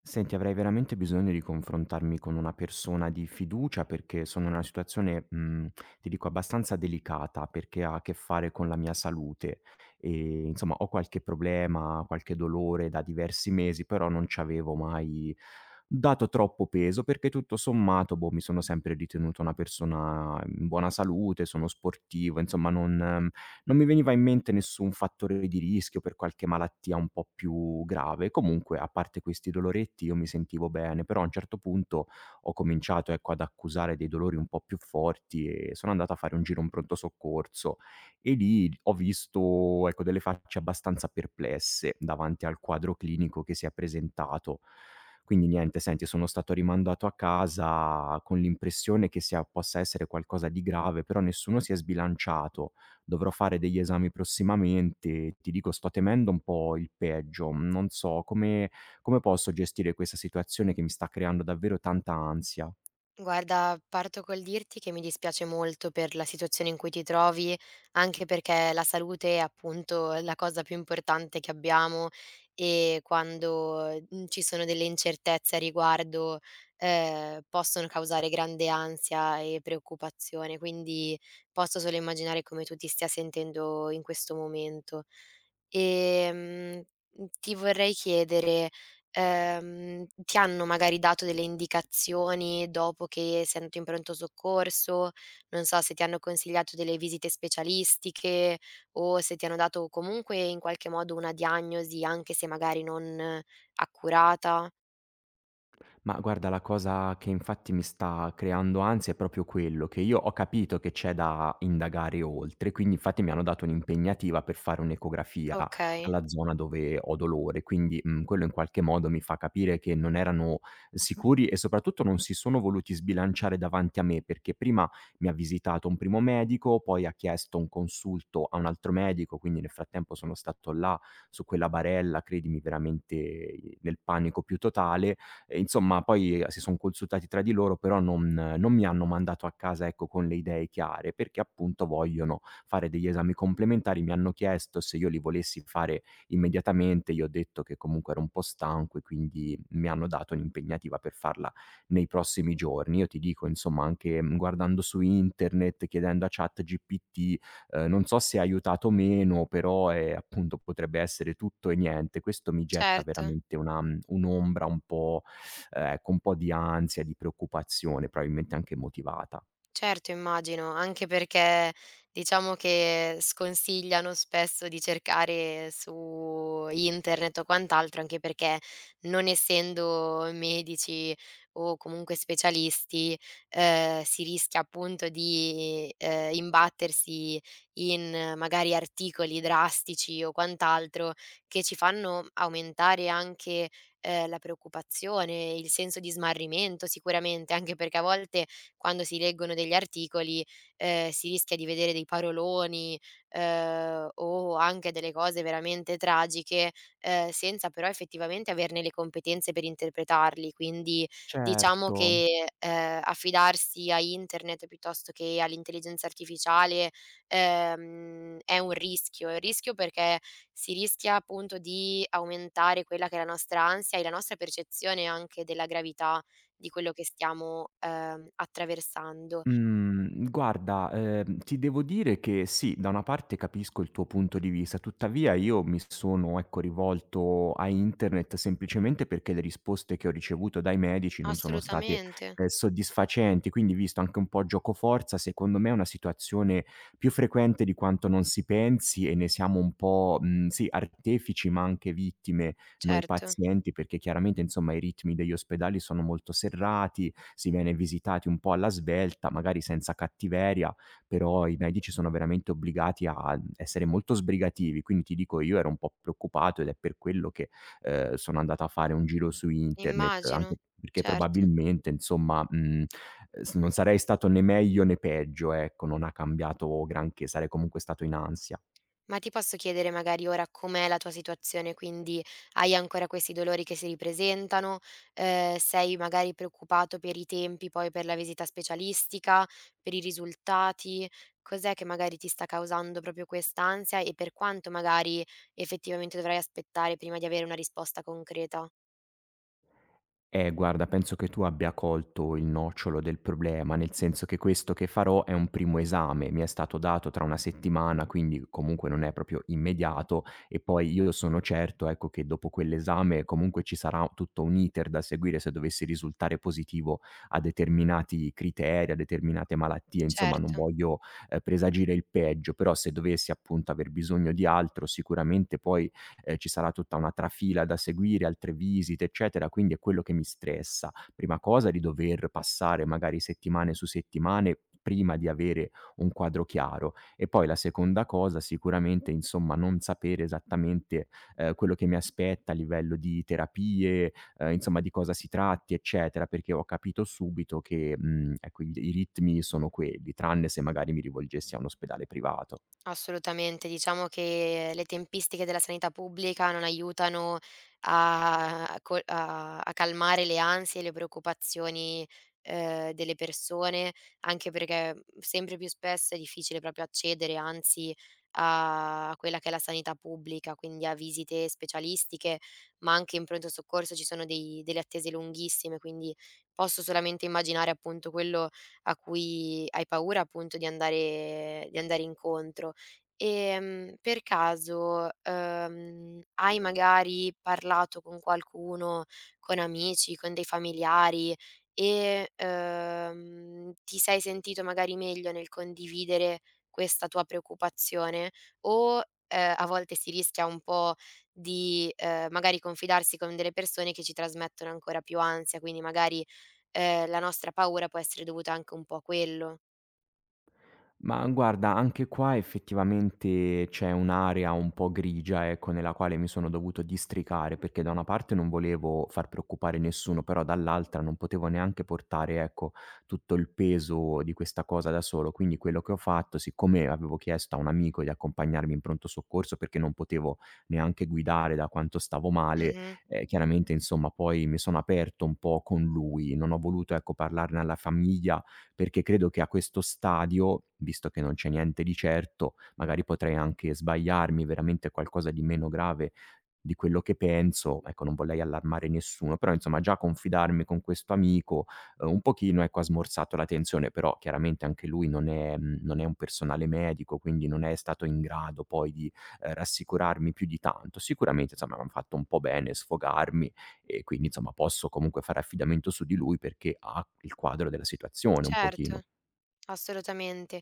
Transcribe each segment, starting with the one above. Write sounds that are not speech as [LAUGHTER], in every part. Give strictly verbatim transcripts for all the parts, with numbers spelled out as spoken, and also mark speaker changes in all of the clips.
Speaker 1: Senti, avrei veramente bisogno di confrontarmi con una persona di fiducia perché sono in una situazione, mhmm, ti dico abbastanza delicata, perché ha a che fare con la mia salute. Ehm, insomma, ho qualche problema, qualche dolore da diversi mesi, però non ci avevo mai dato troppo peso perché tutto sommato, boh, mi sono sempre ritenuto una persona in buona salute, sono sportivo, insomma non non mi veniva in mente nessun fattore di rischio per qualche malattia un po' più grave. Comunque, a parte questi doloretti, io mi sentivo bene, però a un certo punto ho cominciato, ecco, ad accusare dei dolori un po' più forti e sono andato a fare un giro in pronto soccorso e lì ho visto, ecco, delle facce abbastanza perplesse davanti al quadro clinico che si è presentato. Quindi niente, senti, sono stato rimandato a casa con l'impressione che sia possa essere qualcosa di grave, però nessuno si è sbilanciato, dovrò fare degli esami prossimamente e ti dico sto temendo un po' il peggio. Non so come come posso gestire questa situazione che mi sta creando davvero tanta ansia.
Speaker 2: Guarda, parto col dirti che mi dispiace molto per la situazione in cui ti trovi, anche perché la salute è appunto la cosa più importante che abbiamo e quando mm, ci sono delle incertezze a riguardo eh, possono causare grande ansia e preoccupazione, quindi posso solo immaginare come tu ti stia sentendo in questo momento. E ti vorrei chiedere. Ehm, ti hanno magari dato delle indicazioni dopo che sei andato in pronto soccorso, non so se ti hanno consigliato delle visite specialistiche o se ti hanno dato comunque in qualche modo una diagnosi, anche se magari non accurata?
Speaker 1: Ma guarda, la cosa che infatti mi sta creando ansia è proprio quello, che io ho capito che c'è da indagare oltre, quindi infatti mi hanno dato un'impegnativa per fare un'ecografia
Speaker 2: Okay,
Speaker 1: alla zona dove ho dolore, quindi, mhmm, quello in qualche modo mi fa capire che non erano sicuri e soprattutto non si sono voluti sbilanciare davanti a me, perché prima mi ha visitato un primo medico, poi ha chiesto un consulto a un altro medico, quindi nel frattempo sono stato là su quella barella, credimi veramente eh, nel panico più totale, e insomma poi eh, si son consultati tra di loro, però non non mi hanno mandato a casa, ecco, con le idee chiare, perché appunto vogliono fare degli esami complementari. Mi hanno chiesto se io li volessi fare immediatamente, gli ho detto che comunque ero un po' stanco e quindi mi hanno dato un'impegnativa per farla nei prossimi giorni. Io ti dico, insomma, anche, mhmm, guardando su internet, chiedendo a ChatGPT, ehm, non so se ha aiutato o meno, però, ehm, appunto potrebbe essere tutto e niente. Questo mi getta
Speaker 2: certo.
Speaker 1: veramente una mhmm, un'ombra un po' ehm, con un po' di ansia, di preoccupazione, probabilmente anche motivata.
Speaker 2: Certo, immagino, anche perché diciamo che sconsigliano spesso di cercare su internet o quant'altro, anche perché non essendo medici o comunque specialisti, ehm, si rischia appunto di, ehm, imbattersi in eh, magari articoli drastici o quant'altro che ci fanno aumentare anche, ehm, la preoccupazione, il senso di smarrimento sicuramente, anche perché a volte quando si leggono degli articoli, ehm, si rischia di vedere dei paroloni, ehm, o anche delle cose veramente tragiche, ehm, senza però effettivamente averne le competenze per interpretarli. Quindi diciamo
Speaker 1: Certo.
Speaker 2: che, ehm, affidarsi a internet piuttosto che all'intelligenza artificiale, ehm, è un rischio. È un rischio perché si rischia appunto di aumentare quella che è la nostra ansia e la nostra percezione anche della gravità di quello che stiamo, ehm, attraversando.
Speaker 1: Mhmm, guarda, ehm, ti devo dire che sì, da una parte capisco il tuo punto di vista, tuttavia io mi sono, ecco, rivolto a internet semplicemente perché le risposte che ho ricevuto dai medici non sono state,
Speaker 2: Assolutamente,
Speaker 1: ehm, soddisfacenti, quindi visto anche un po' giocoforza, secondo me è una situazione più frequente di quanto non si pensi e ne siamo un po', mhmm, sì, artefici, ma anche vittime noi
Speaker 2: certo,
Speaker 1: pazienti, perché chiaramente, insomma, i ritmi degli ospedali sono molto serrati, si viene visitati un po' alla svelta, magari senza cattiveria, però i medici sono veramente obbligati a essere molto sbrigativi. Quindi ti dico, io ero un po' preoccupato ed è per quello che, ehm, sono andato a fare un giro su internet,
Speaker 2: immagino,
Speaker 1: anche perché
Speaker 2: certo.
Speaker 1: probabilmente insomma, mhmm, s non sarei stato né meglio né peggio, ecco, non ha cambiato granché, sarei comunque stato in ansia.
Speaker 2: Ma ti posso chiedere magari ora com'è la tua situazione? Quindi hai ancora questi dolori che si ripresentano? Ehm, sei magari preoccupato per i tempi poi per la visita specialistica, per i risultati? Cos'è che magari ti sta causando proprio quest'ansia e per quanto magari effettivamente dovrai aspettare prima di avere una risposta concreta?
Speaker 1: Eh guarda, penso che tu abbia colto il nocciolo del problema, nel senso che questo che farò è un primo esame, mi è stato dato tra una settimana, quindi comunque non è proprio immediato e poi io sono certo, ecco, che dopo quell'esame comunque ci sarà tutto un iter da seguire se dovessi risultare positivo a determinati criteri, a determinate malattie, insomma non
Speaker 2: Certo.
Speaker 1: voglio, ehm, presagire il peggio, però se dovessi appunto aver bisogno di altro sicuramente poi ehm, ci sarà tutta una trafila da seguire, altre visite, eccetera, quindi è quello che mi stressa. Prima cosa di dover passare magari settimane su settimane prima di avere un quadro chiaro e poi la seconda cosa sicuramente, insomma, non sapere esattamente, ehm, quello che mi aspetta a livello di terapie, ehm, insomma di cosa si tratti, eccetera, perché ho capito subito che, mhmm, ecco, i i ritmi sono quelli, tranne se magari mi rivolgessi a un ospedale privato.
Speaker 2: Assolutamente, diciamo che le tempistiche della sanità pubblica non aiutano a a co a a calmare le ansie e le preoccupazioni, ehm, delle persone, anche perché, mhmm, sempre più spesso è difficile proprio accedere, anzi, a quella che è la sanità pubblica, quindi a visite specialistiche, ma anche in pronto soccorso ci sono dei delle attese lunghissime, quindi posso solamente immaginare, appunto, quello a cui hai paura, appunto, di andare di andare incontro. Ehm, per caso, uhm, hai magari parlato con qualcuno, con amici, con dei familiari e, uhm, ti sei sentito magari meglio nel condividere questa tua preoccupazione? O, ehm, a volte si rischia un po' di, ehm, magari confidarsi con delle persone che ci trasmettono ancora più ansia, quindi magari, ehm, la nostra paura può essere dovuta anche un po' a quello.
Speaker 1: Ma guarda, anche qua effettivamente c'è un'area un po' grigia, ecco, nella quale mi sono dovuto districare, perché da una parte non volevo far preoccupare nessuno, però dall'altra non potevo neanche portare, ecco, tutto il peso di questa cosa da solo. Quindi quello che ho fatto, siccome avevo chiesto a un amico di accompagnarmi in pronto soccorso perché non potevo neanche guidare da quanto stavo male,
Speaker 2: Mh-mh.
Speaker 1: eh, chiaramente, insomma, poi mi sono aperto un po' con lui, non ho voluto, ecco, parlarne alla famiglia perché credo che a questo stadio, visto che non c'è niente di certo, magari potrei anche sbagliarmi, veramente qualcosa di meno grave di quello che penso. Ecco, non vorrei allarmare nessuno, però insomma già confidarmi con questo amico, uhm, un pochino ecco ha smorzato la tensione, però chiaramente anche lui non è mhmm, non è un personale medico, quindi non è stato in grado poi di, ehm, rassicurarmi più di tanto. Sicuramente insomma m'han fatto un po' bene sfogarmi e quindi insomma posso comunque fare affidamento su di lui perché ha il quadro della situazione un
Speaker 2: Certo,
Speaker 1: pochino.
Speaker 2: assolutamente.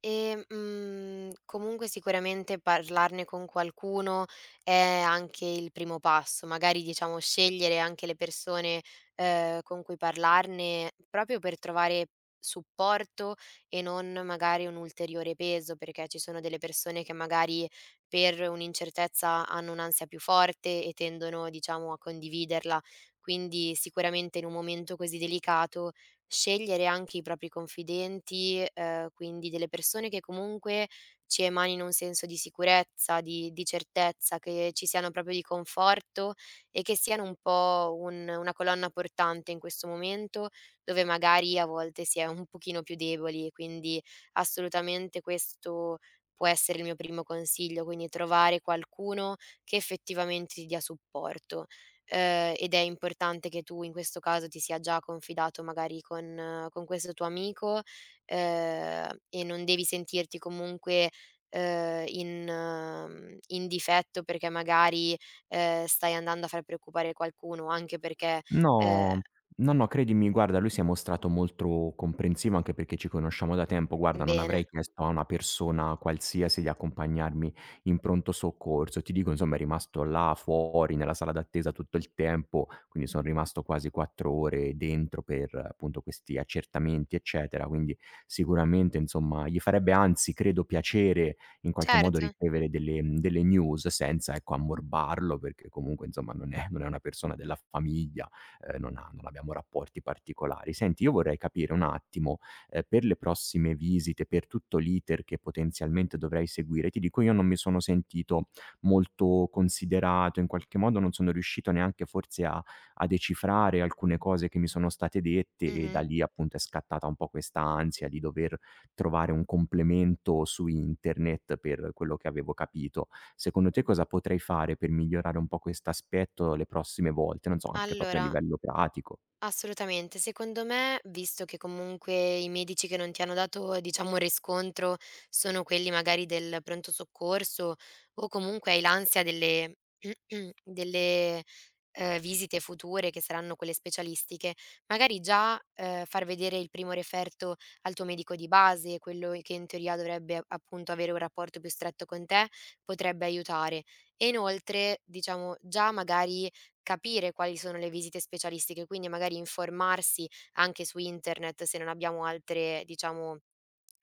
Speaker 2: E, mhmm, comunque sicuramente parlarne con qualcuno è anche il primo passo, magari diciamo scegliere anche le persone, ehm, con cui parlarne proprio per trovare supporto e non magari un ulteriore peso, perché ci sono delle persone che magari per un'incertezza hanno un'ansia più forte e tendono diciamo a condividerla. Quindi sicuramente in un momento così delicato scegliere anche i propri confidenti, ehm, quindi delle persone che comunque ci emanino un senso di sicurezza, di di certezza, che ci siano proprio di conforto e che siano un po' un una colonna portante in questo momento, dove magari a volte si è un pochino più deboli, quindi assolutamente questo può essere il mio primo consiglio, quindi trovare qualcuno che effettivamente ti dia supporto. Ehm, ed è importante che tu in questo caso ti sia già confidato magari con con questo tuo amico, ehm, e non devi sentirti comunque, ehm, in mhmm, in difetto perché magari, ehm, stai andando a far preoccupare qualcuno, anche perché ehm
Speaker 1: No, no, no, credimi, guarda, lui si è mostrato molto comprensivo, anche perché ci conosciamo da tempo. Guarda, non avrei
Speaker 2: bene.
Speaker 1: chiesto a una persona qualsiasi di accompagnarmi in pronto soccorso. Ti dico, insomma, è rimasto là fuori nella sala d'attesa tutto il tempo, quindi sono rimasto quasi quattro ore dentro per eh, appunto questi accertamenti, eccetera. Quindi sicuramente, insomma, gli farebbe anzi, credo, piacere in qualche modo
Speaker 2: Certo.
Speaker 1: ricevere delle, mhmm, delle news senza, ecco, ammorbarlo, perché comunque, insomma, non è non è una persona della famiglia, ehm, non ha non abbiamo rapporti particolari. Senti, io vorrei capire un attimo, ehm, per le prossime visite, per tutto l'iter che potenzialmente dovrei seguire, ti dico io non mi sono sentito molto considerato, in qualche modo non sono riuscito neanche forse a a decifrare alcune cose che mi sono state dette e da
Speaker 2: Mh-mh.
Speaker 1: lì appunto è scattata un po' questa ansia di dover trovare un complemento su internet per quello che avevo capito. Secondo te cosa potrei fare per migliorare un po' quest'aspetto le prossime volte? Non so, anche proprio a
Speaker 2: Allora,
Speaker 1: livello pratico.
Speaker 2: assolutamente. Secondo me, visto che comunque i medici che non ti hanno dato, diciamo, riscontro sono quelli magari del pronto soccorso o comunque hai l'ansia delle [CLEARS THROAT] delle ehm, visite future che saranno quelle specialistiche, magari già, ehm, far vedere il primo referto al tuo medico di base, quello che in teoria dovrebbe appunto avere un rapporto più stretto con te, potrebbe aiutare. E inoltre, diciamo, già magari capire quali sono le visite specialistiche, quindi magari informarsi anche su internet se non abbiamo altre, diciamo,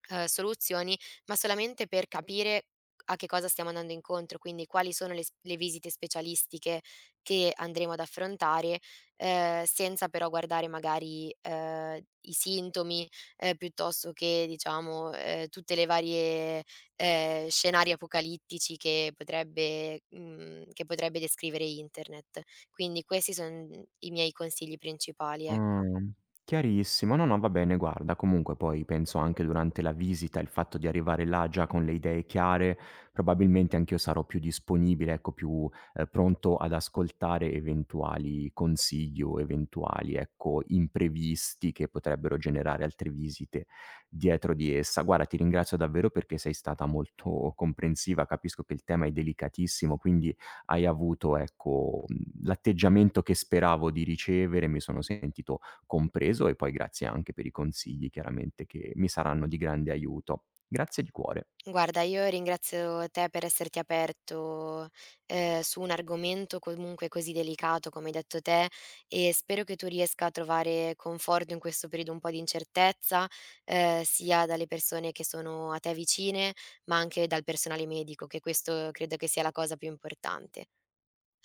Speaker 2: ehm, soluzioni, ma solamente per capire a che cosa stiamo andando incontro, quindi quali sono le s le visite specialistiche, che andremo ad affrontare, ehm, senza però guardare magari, ehm, i sintomi, ehm, piuttosto che diciamo, ehm, tutte le varie, ehm, scenari apocalittici che potrebbe mhmm, che potrebbe descrivere internet. Quindi questi son i miei consigli principali, ecco.
Speaker 1: Mh, chiarissimo. No, no, va bene, guarda, comunque poi penso anche durante la visita il fatto di arrivare là già con le idee chiare, probabilmente anch'io sarò più disponibile, ecco, più, ehm, pronto ad ascoltare eventuali consigli o eventuali, ecco, imprevisti che potrebbero generare altre visite dietro di essa. Guarda, ti ringrazio davvero perché sei stata molto comprensiva, capisco che il tema è delicatissimo, quindi hai avuto, ecco, mhmm, l'atteggiamento che speravo di ricevere, mi sono sentito compreso e poi grazie anche per i consigli chiaramente che mi saranno di grande aiuto. Grazie di cuore.
Speaker 2: Guarda, io ringrazio te per esserti aperto, ehm, su un argomento comunque così delicato, come hai detto te, e spero che tu riesca a trovare conforto in questo periodo un po' di incertezza, ehm, sia dalle persone che sono a te vicine, ma anche dal personale medico, che questo credo che sia la cosa più importante.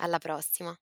Speaker 2: Alla prossima.